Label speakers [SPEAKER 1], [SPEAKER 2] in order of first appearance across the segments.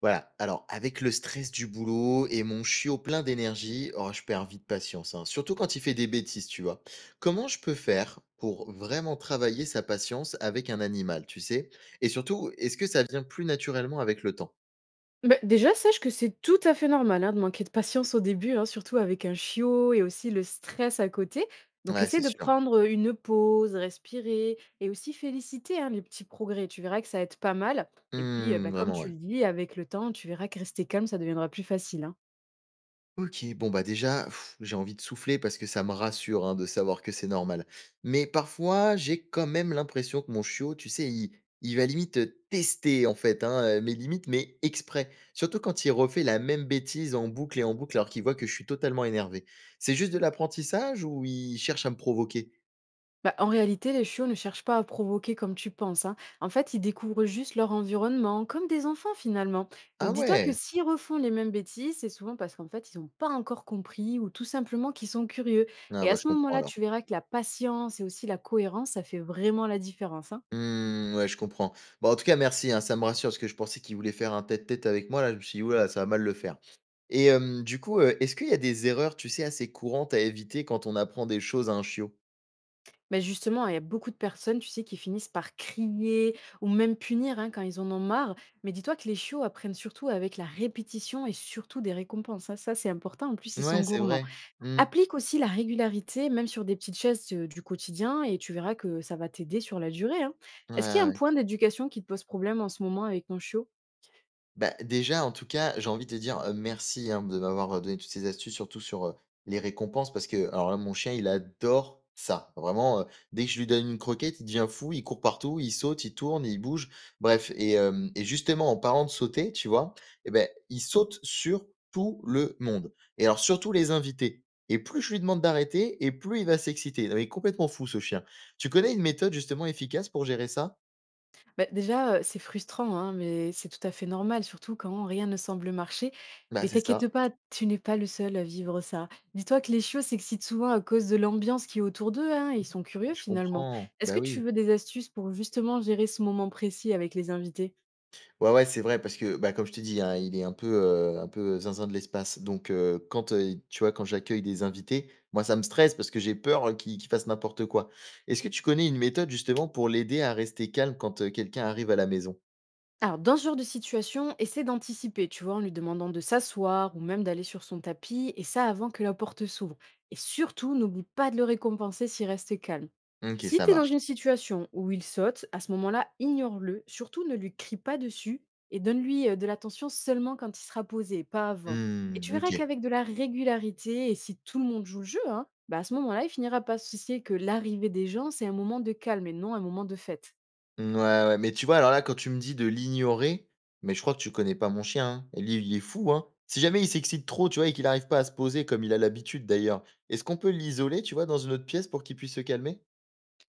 [SPEAKER 1] Voilà, alors avec le stress du boulot et mon chiot plein d'énergie, oh, je perds vite patience, hein, surtout quand il fait des bêtises, tu vois. Comment je peux faire pour vraiment travailler sa patience avec un animal, tu sais? Et surtout, est-ce que ça vient plus naturellement avec le temps?
[SPEAKER 2] Bah, déjà, sache que c'est tout à fait normal hein, de manquer de patience au début, hein, surtout avec un chiot et aussi le stress à côté. Donc,
[SPEAKER 1] Ouais,
[SPEAKER 2] essaie
[SPEAKER 1] c'est
[SPEAKER 2] de
[SPEAKER 1] sûr.
[SPEAKER 2] prendre une pause, respirer et aussi féliciter hein, les petits progrès. Tu verras que ça aide pas mal. Et puis,
[SPEAKER 1] Hmm,
[SPEAKER 2] bah, comme
[SPEAKER 1] vraiment,
[SPEAKER 2] tu
[SPEAKER 1] ouais.
[SPEAKER 2] le dis, avec le temps, tu verras que rester calme, ça deviendra plus facile, hein.
[SPEAKER 1] OK, bon bah déjà, pff, j'ai envie de souffler parce que ça me rassure, hein, de savoir que c'est normal. Mais parfois, j'ai quand même l'impression que mon chiot, tu sais, il va limite, tester en fait, hein, mes limites, mais exprès. Surtout quand il refait la même bêtise en boucle et en boucle, alors qu'il voit que je suis totalement énervé. C'est juste de l'apprentissage ou il cherche à me provoquer?
[SPEAKER 2] Bah, en réalité, les chiots ne cherchent pas à provoquer comme tu penses, hein. En fait, ils découvrent juste leur environnement, comme des enfants finalement.
[SPEAKER 1] Ah
[SPEAKER 2] Donc dis-toi que
[SPEAKER 1] ouais!
[SPEAKER 2] s'ils refont les mêmes bêtises, c'est souvent parce qu'en fait, ils n'ont pas encore compris ou tout simplement qu'ils sont curieux.
[SPEAKER 1] Ah
[SPEAKER 2] Et
[SPEAKER 1] bah,
[SPEAKER 2] à
[SPEAKER 1] je
[SPEAKER 2] ce
[SPEAKER 1] comprends
[SPEAKER 2] moment-là,
[SPEAKER 1] alors.
[SPEAKER 2] tu verras que la patience et aussi la cohérence, ça fait vraiment la différence, hein.
[SPEAKER 1] Mmh, ouais, je comprends. Bon en tout cas, merci, hein, ça me rassure parce que je pensais qu'il voulait faire un tête-tête avec moi. Là, je me suis dit: «Ouh là, ça va mal le faire» et du coup, est-ce qu'il y a des erreurs, tu sais, assez courantes à éviter quand on apprend des choses à un chiot?
[SPEAKER 2] Mais justement, il y a beaucoup de personnes, tu sais, qui finissent par crier ou même punir hein, quand ils en ont marre. Mais dis-toi que les chiots apprennent surtout avec la répétition et surtout des récompenses, hein. Ça, c'est important. En plus, ils
[SPEAKER 1] Ouais,
[SPEAKER 2] sont
[SPEAKER 1] c'est
[SPEAKER 2] gourmands.
[SPEAKER 1] vrai. Mmh.
[SPEAKER 2] Applique aussi la régularité, même sur des petites choses, du quotidien et tu verras que ça va t'aider sur la durée, hein.
[SPEAKER 1] Ouais,
[SPEAKER 2] Est-ce qu'il y a un
[SPEAKER 1] ouais.
[SPEAKER 2] point d'éducation qui te pose problème en ce moment avec ton chiot?
[SPEAKER 1] Bah, déjà, en tout cas, j'ai envie de te dire, merci, hein, de m'avoir, donné toutes ces astuces, surtout sur, les récompenses parce que alors là, mon chien, il adore ça. Vraiment, dès que je lui donne une croquette, il devient fou, il court partout, il saute, il tourne, il bouge, bref et hem et justement, en parlant de sauter, tu vois? Et ben il saute sur tout le monde et alors surtout les invités et plus je lui demande d'arrêter et plus il va s'exciter. Non, mais il est complètement fou ce chien. Tu connais une méthode justement efficace pour gérer ça?
[SPEAKER 2] Bah, déjà, c'est frustrant, hein, mais c'est tout à fait normal, surtout quand rien ne semble marcher.
[SPEAKER 1] Bah,
[SPEAKER 2] Mais
[SPEAKER 1] c'est ça.
[SPEAKER 2] t'inquiète pas, tu n'es pas le seul à vivre ça. Dis-toi que les chiots s'excitent souvent à cause de l'ambiance qui est autour d'eux, hein, et ils
[SPEAKER 1] Mmh,
[SPEAKER 2] sont curieux
[SPEAKER 1] je
[SPEAKER 2] finalement.
[SPEAKER 1] comprends.
[SPEAKER 2] Est-ce
[SPEAKER 1] Bah,
[SPEAKER 2] que tu
[SPEAKER 1] oui.
[SPEAKER 2] veux des astuces pour justement gérer ce moment précis avec les invités?
[SPEAKER 1] Ouais, ouais, c'est vrai parce que, bah, comme je te dis hein, il est un peu zinzin de l'espace donc quand, tu vois, quand j'accueille des invités, moi, ça me stresse parce que j'ai peur, qu'il fasse n'importe quoi. Est-ce que tu connais une méthode justement pour l'aider à rester calme quand, quelqu'un arrive à la maison?
[SPEAKER 2] Alors, dans ce genre de situation, essaie d'anticiper, tu vois, en lui demandant de s'asseoir ou même d'aller sur son tapis, et ça avant que la porte s'ouvre. Et surtout, n'oublie pas de le récompenser s'il reste calme.
[SPEAKER 1] OK,
[SPEAKER 2] Si
[SPEAKER 1] ça
[SPEAKER 2] tu es dans
[SPEAKER 1] marche.
[SPEAKER 2] une situation où il saute, à ce moment-là, ignore-le, surtout ne lui crie pas dessus, et donne-lui de l'attention seulement quand il sera posé, pas avant. Et tu
[SPEAKER 1] Mmh, OK.
[SPEAKER 2] verras qu'avec de la régularité, et si tout le monde joue le jeu, hein, bah à ce moment-là, il finira par se soucier que l'arrivée des gens, c'est un moment de calme et non un moment de fête.
[SPEAKER 1] Mmh, ouais, ouais, mais tu vois, alors là, quand tu me dis de l'ignorer, mais je crois que tu connais pas mon chien, hein. Lui, il est fou, hein. Si jamais il s'excite trop, tu vois, et qu'il arrive pas à se poser comme il a l'habitude d'ailleurs, est-ce qu'on peut l'isoler, tu vois, dans une autre pièce pour qu'il puisse se calmer?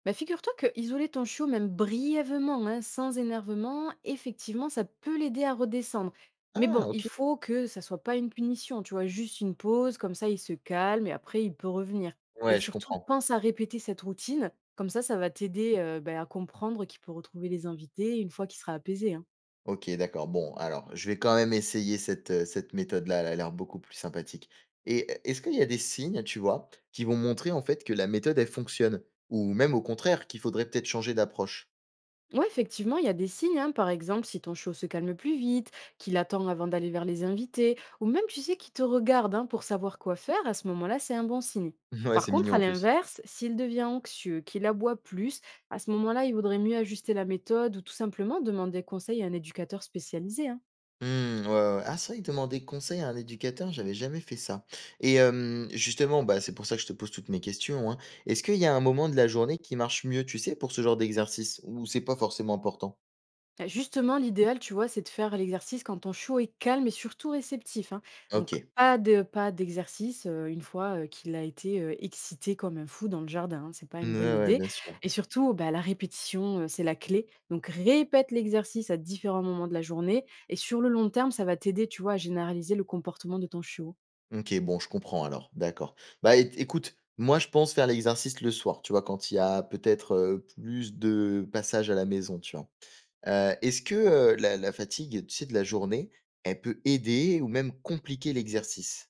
[SPEAKER 2] Bah, figure-toi que isoler ton chiot, même brièvement, hein, sans énervement, effectivement, ça peut l'aider à redescendre. Mais
[SPEAKER 1] Ah
[SPEAKER 2] bon, il
[SPEAKER 1] OK.
[SPEAKER 2] faut que ça soit pas une punition, tu vois, juste une pause, comme ça il se calme et après il peut revenir. Et
[SPEAKER 1] Ouais, je
[SPEAKER 2] surtout,
[SPEAKER 1] comprends.
[SPEAKER 2] pense à répéter cette routine, comme ça va t'aider bah, à comprendre qu'il peut retrouver les invités une fois qu'il sera apaisé, hein.
[SPEAKER 1] OK, d'accord. Bon, alors, je vais quand même essayer cette, cette méthode-là, elle a l'air beaucoup plus sympathique et e est-ce qu'il y a des signes, tu vois, qui vont montrer, en fait, que la méthode, elle fonctionne? Ou même, au contraire, qu'il faudrait peut-être changer d'approche?
[SPEAKER 2] Ouais, effectivement, il y a des signes, hein. Par exemple, si ton show se calme plus vite, qu'il attend avant d'aller vers les invités, ou même tu sais qu'il te regarde hein, pour savoir quoi faire, à ce moment-là, c'est un bon signe.
[SPEAKER 1] Ouais,
[SPEAKER 2] Par
[SPEAKER 1] c'est
[SPEAKER 2] contre,
[SPEAKER 1] mignon,
[SPEAKER 2] à
[SPEAKER 1] en plus.
[SPEAKER 2] l'inverse, s'il devient anxieux, qu'il aboie plus, à ce moment-là, il vaudrait mieux ajuster la méthode ou tout simplement demander conseil à un éducateur spécialisé, hein.
[SPEAKER 1] Mmh, ouais, ouais. Ah, c'est vrai que demander conseil à un éducateur, j'avais jamais fait ça et justement, bah, c'est pour ça que je te pose toutes mes questions, hein. Est-ce qu'il y a un moment de la journée qui marche mieux, tu sais, pour ce genre d'exercice? Ou c'est pas forcément important?
[SPEAKER 2] Bah, justement, l'idéal, tu vois, c'est de faire l'exercice quand ton chiot est calme et surtout réceptif, hein. Donc,
[SPEAKER 1] OK.
[SPEAKER 2] pas d'exercice une fois qu'il a été excité comme un fou dans le jardin, hein. C'est pas
[SPEAKER 1] Mmh,
[SPEAKER 2] une bonne
[SPEAKER 1] ouais, ouais,
[SPEAKER 2] idée.
[SPEAKER 1] bien sûr.
[SPEAKER 2] Et surtout, bah, la répétition, c'est la clé. Donc, répète l'exercice à différents moments de la journée. Et sur le long terme, ça va t'aider, tu vois, à généraliser le comportement de ton chiot.
[SPEAKER 1] OK, bon, je comprends alors, d'accord. Bah, é écoute, moi, je pense faire l'exercice le soir, tu vois? Quand il y a peut-être, plus de passages à la maison, tu vois? Est-ce que, la fatigue, tu sais, de la journée, elle peut aider ou même compliquer l'exercice?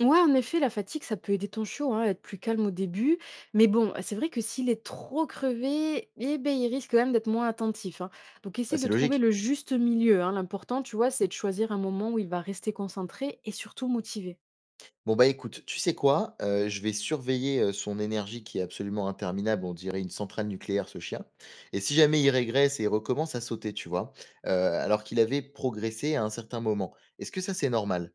[SPEAKER 2] Ouais, en effet, la fatigue, ça peut aider ton chiot hein, à être plus calme au début. Mais bon, c'est vrai que s'il est trop crevé, eh ben, il risque quand même d'être moins attentif, hein. Donc,
[SPEAKER 1] Bah,
[SPEAKER 2] essaie
[SPEAKER 1] c'est
[SPEAKER 2] de trouver
[SPEAKER 1] logique.
[SPEAKER 2] le juste milieu, hein. L'important, tu vois, c'est de choisir un moment où il va rester concentré et surtout motivé.
[SPEAKER 1] Bon, bah, écoute, tu sais quoi? Je vais surveiller, son énergie qui est absolument interminable. On dirait une centrale nucléaire, ce chien et si jamais il régresse et il recommence à sauter, tu vois? Alors qu'il avait progressé à un certain moment. Est-ce que ça, c'est normal?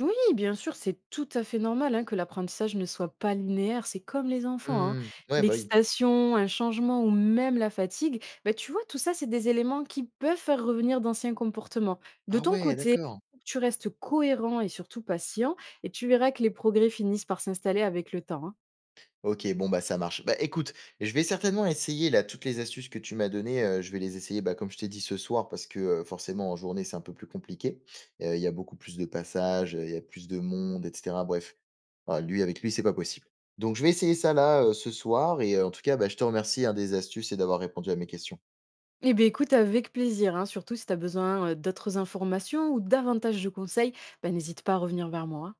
[SPEAKER 2] Oui, bien sûr, c'est tout à fait normal hein, que l'apprentissage ne soit pas linéaire, c'est comme les enfants, hein.
[SPEAKER 1] Mmh, ouais, bah, oui.
[SPEAKER 2] L'excitation, un changement ou même la fatigue, bah, tu vois, tout ça, c'est des éléments qui peuvent faire revenir d'anciens comportements. De
[SPEAKER 1] Ah
[SPEAKER 2] ton
[SPEAKER 1] ouais,
[SPEAKER 2] côté,
[SPEAKER 1] d'accord.
[SPEAKER 2] tu restes cohérent et surtout patient, et tu verras que les progrès finissent par s'installer avec le temps, hein.
[SPEAKER 1] OK, bon, bah, ça marche. Bah, écoute, je vais certainement essayer là toutes les astuces que tu m'as données, je vais les essayer, bah, comme je t'ai dit ce soir parce que, forcément en journée c'est un peu plus compliqué. Il y a beaucoup plus de passages, il y a plus de monde et cetera. Bref, ah lui avec lui, c'est pas possible. Donc je vais essayer ça là, ce soir et en tout cas, bah, je te remercie, hein, des astuces et d'avoir répondu à mes questions.
[SPEAKER 2] Eh bien écoute, avec plaisir, hein, surtout si tu as besoin d'autres informations ou davantage de conseils, bah, n'hésite pas à revenir vers moi, hein.